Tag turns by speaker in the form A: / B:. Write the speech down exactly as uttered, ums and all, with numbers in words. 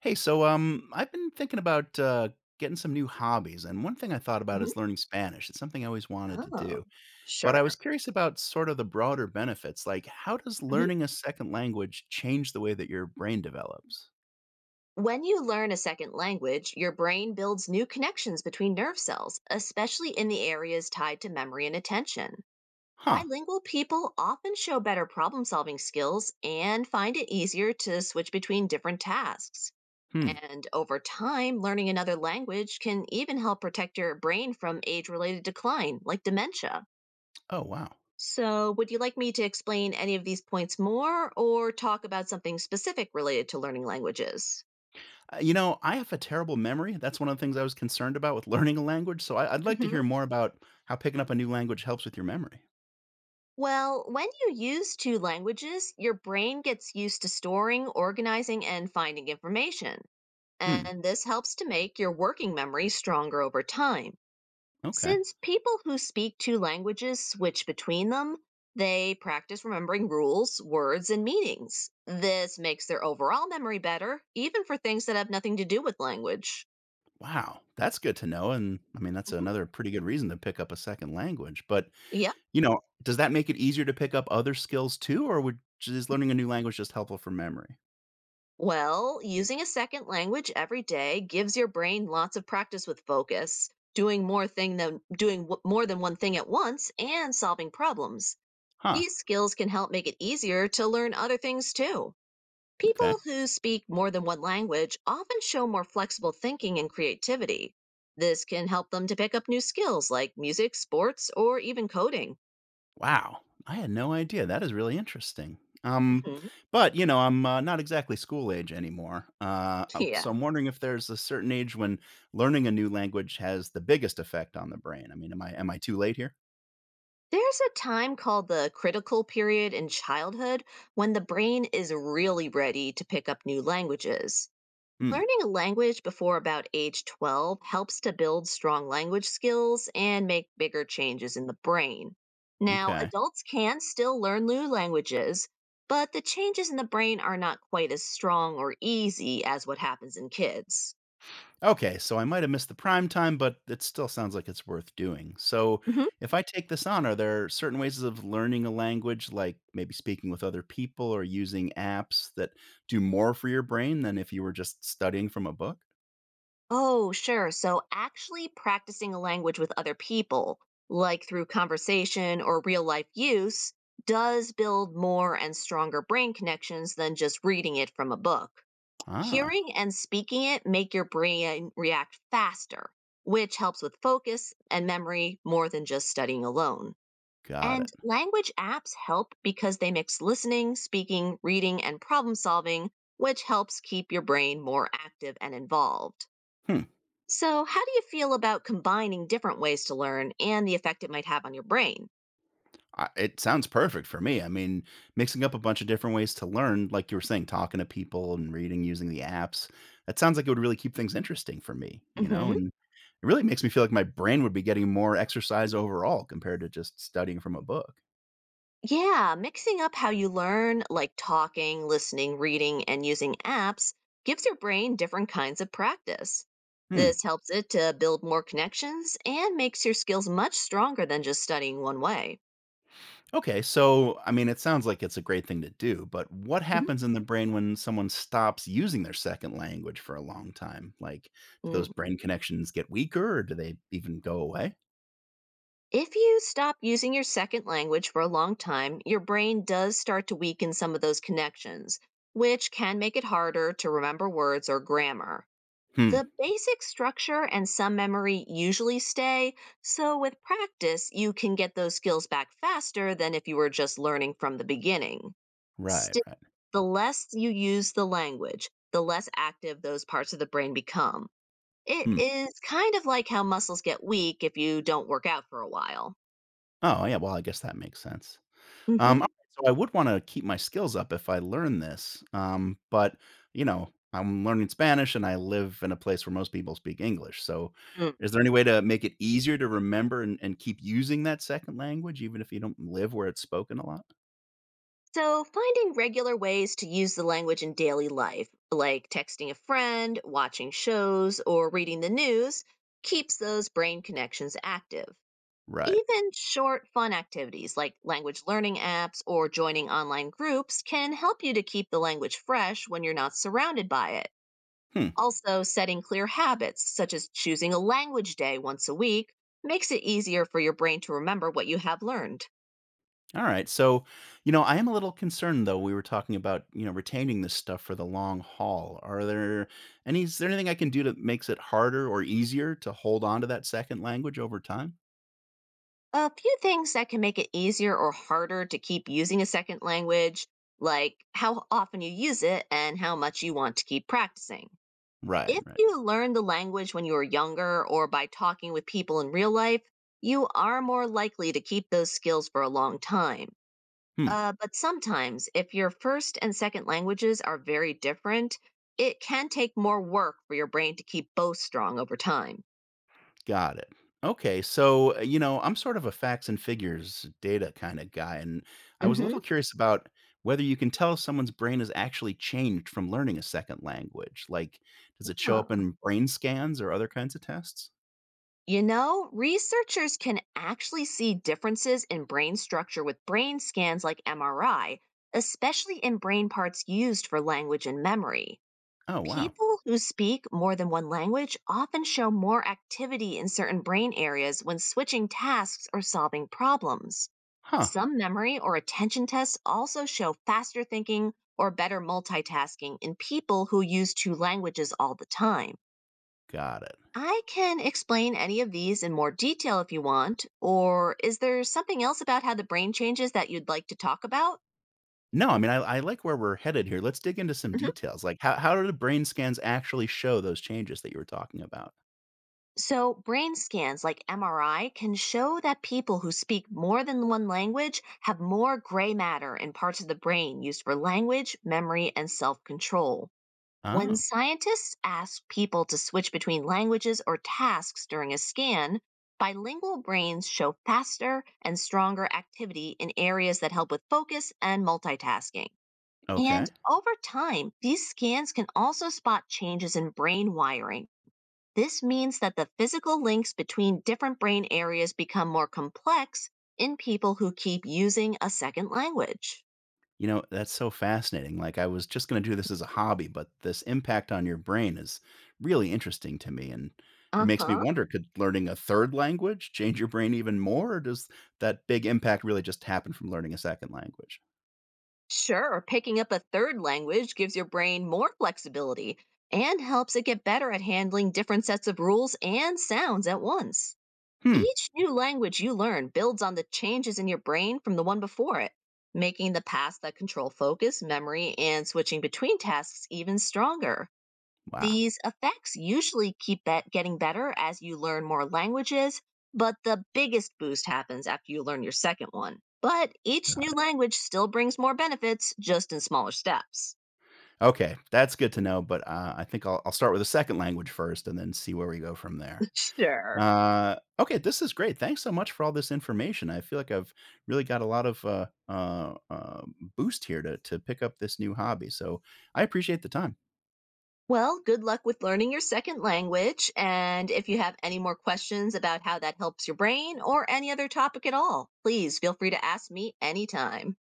A: Hey, so um, I've been thinking about uh, getting some new hobbies, and one thing I thought about
B: Mhm.
A: is learning Spanish. It's something I always wanted to
B: Oh,
A: do, but I was
B: sure.
A: curious about sort of the broader benefits. Like, how does
B: Mhm.
A: learning a second language change the way that your brain develops?
B: When you learn a second language, your brain builds new connections between nerve cells, especially in the areas tied to memory and attention.
A: Huh.
B: Bilingual people often show better problem solving skills and find it easier to switch between different tasks.
A: Hmm.
B: And over time, learning another language can even help protect your brain from age related decline, like dementia.
A: Oh, wow.
B: So, would you like me to explain any of these points more or talk about something specific related to learning languages?
A: Uh, you know, I have a terrible memory. That's one of the things I was concerned about with learning a language. So I, I'd like to
B: hmm
A: hear more about how picking up a new language helps with your memory.
B: Well, when you use two languages, your brain gets used to storing, organizing, and finding information.
A: Hmm.
B: And this helps to make your working memory stronger over time.
A: Okay.
B: Since people who speak two languages switch between them, they practice remembering rules, words, and meanings. This makes their overall memory better, even for things that have nothing to do with language.
A: Wow, that's good to know. And I mean, that's
B: Mhm.
A: another pretty good reason to pick up a second language. But
B: Yeah.
A: you know, does that make it easier to pick up other skills too, or would is learning a new language just helpful for memory?
B: Well, using a second language every day gives your brain lots of practice with focus, doing more thing than doing w- more than one thing at once and solving problems.
A: Huh,
B: These skills can help make it easier to learn other things too.
A: okay.
B: People who speak more than one language often show more flexible thinking and creativity. This can help them to pick up new skills like music, sports, or even coding.
A: Wow, I had no idea. That is really interesting. Um,
B: Mhm.
A: but you know, I'm uh, not exactly school age anymore. Uh, um,
B: Yeah.
A: so I'm wondering if there's a certain age when learning a new language has the biggest effect on the brain. I mean, am I am I too late here?
B: There's a time called the critical period in childhood when the brain is really ready to pick up new languages.
A: Hmm.
B: Learning a language before about age twelve helps to build strong language skills and make bigger changes in the brain. Now,
A: Okay.
B: adults can still learn new languages, but the changes in the brain are not quite as strong or easy as what happens in kids.
A: Okay, so I might have missed the prime time, but it still sounds like it's worth doing. So,
B: Mhm.
A: if I take this on, are there certain ways of learning a language, like maybe speaking with other people or using apps that do more for your brain than if you were just studying from a book?
B: Oh, sure. So, actually practicing a language with other people, like through conversation or real life use, does build more and stronger brain connections than just reading it from a book.
A: Ah,
B: Hearing and speaking it make your brain react faster, which helps with focus and memory more than just studying alone.
A: got it.
B: And language apps help because they mix listening, speaking, reading, and problem solving, which helps keep your brain more active and involved.
A: Hmm.
B: So, how do you feel about combining different ways to learn and the effect it might have on your brain?
A: I, it sounds perfect for me. I mean, mixing up a bunch of different ways to learn, like you were saying, talking to people and reading using the apps, that sounds like it would really keep things interesting for me, you know?
B: hmm
A: And it really makes me feel like my brain would be getting more exercise overall compared to just studying from a book.
B: Yeah, mixing up how you learn, like talking, listening, reading, and using apps, gives your brain different kinds of practice.
A: Hmm.
B: This helps it to build more connections and makes your skills much stronger than just studying one way.
A: Okay. So, I mean, it sounds like it's a great thing to do, but what happens in the brain when someone stops using their second language for a long time? Like, do those
B: Mhm.
A: brain connections get weaker or do they even go away?
B: If you stop using your second language for a long time, your brain does start to weaken some of those connections, which can make it harder to remember words or grammar.
A: Hmm.
B: The basic structure and some memory usually stay, so with practice, you can get those skills back faster than if you were just learning from the beginning.
A: Right.
B: Still,
A: Right.
B: the less you use the language, the less active those parts of the brain become. It
A: Hmm.
B: is kind of like how muscles get weak if you don't work out for a while.
A: Oh, yeah. Well, I guess that makes sense. Um, alright, so I would wanna keep my skills up if I learn this, um, but, you know, I'm learning Spanish and I live in a place where most people speak English, so
B: Mm.
A: is there any way to make it easier to remember and and keep using that second language even if you don't live where it's spoken a lot?
B: So, finding regular ways to use the language in daily life, like texting a friend, watching shows, or reading the news, keeps those brain connections active.
A: Right.
B: Even short, fun activities like language learning apps or joining online groups can help you to keep the language fresh when you're not surrounded by it.
A: Hmm,
B: Also, setting clear habits, such as choosing a language day once a week, makes it easier for your brain to remember what you have learned.
A: alright, so, you know, I am a little concerned though, we were talking about, you know, retaining this stuff for the long haul. Are there any is there anything I can do that makes it harder or easier to hold on to that second language over time?
B: A few things that can make it easier or harder to keep using a second language, like how often you use it and how much you want to keep practicing.
A: Right,
B: If
A: right.
B: you learned the language when you were younger or by talking with people in real life, you are more likely to keep those skills for a long time.
A: Hmm.
B: Uh, but sometimes, if your first and second languages are very different, it can take more work for your brain to keep both strong over time.
A: Got it. Okay, so, uh, you know, I'm sort of a facts and figures data kind of guy, and I was a
B: hmm
A: little curious about whether you can tell if someone's brain has actually changed from learning a second language. Like, does it show up in brain scans or other kinds of tests?
B: You know, researchers can actually see differences in brain structure with brain scans like M R I, especially in brain parts used for language and memory.
A: Oh, wow.
B: People who speak more than one language often show more activity in certain brain areas when switching tasks or solving problems.
A: Huh.
B: Some memory or attention tests also show faster thinking or better multitasking in people who use two languages all the time.
A: Got it.
B: I can explain any of these in more detail if you want, or is there something else about how the brain changes that you'd like to talk about?
A: No, I mean, I, I like where we're headed here. Let's dig into some
B: Mhm.
A: details. Like, how, how do the brain scans actually show those changes that you were talking about?
B: So, brain scans like M R I can show that people who speak more than one language have more gray matter in parts of the brain used for language, memory, and self control. When
A: Oh,
B: scientists ask people to switch between languages or tasks during a scan, bilingual brains show faster and stronger activity in areas that help with focus and multitasking. And
A: okay.
B: over time, these scans can also spot changes in brain wiring. This means that the physical links between different brain areas become more complex in people who keep using a second language.
A: You know, that's so fascinating. Like, I was just going to do this as a hobby, but this impact on your brain is really interesting to me. And
B: Uh
A: it makes me
B: huh.
A: wonder, could learning a third language change your brain even more? Or does that big impact really just happen from learning a second language?
B: Sure, picking up a third language gives your brain more flexibility and helps it get better at handling different sets of rules and sounds at once.
A: Hmm.
B: Each new language you learn builds on the changes in your brain from the one before it, making the paths that control focus, memory, and switching between tasks even stronger.
A: Wow.
B: These effects usually keep bet- getting better as you learn more languages, but the biggest boost happens after you learn your second one. But each
A: Got
B: new
A: it.
B: language still brings more benefits, just in smaller steps.
A: Okay. That's good to know. But uh, I think I'll, I'll start with a second language first and then see where we go from there.
B: Sure.
A: Uh, okay, this is great. Thanks so much for all this information. I feel like I've really got a lot of uh, uh, uh, boost here to to pick up this new hobby. So I appreciate the time.
B: Well, good luck with learning your second language. And if you have any more questions about how that helps your brain or any other topic at all, please feel free to ask me anytime.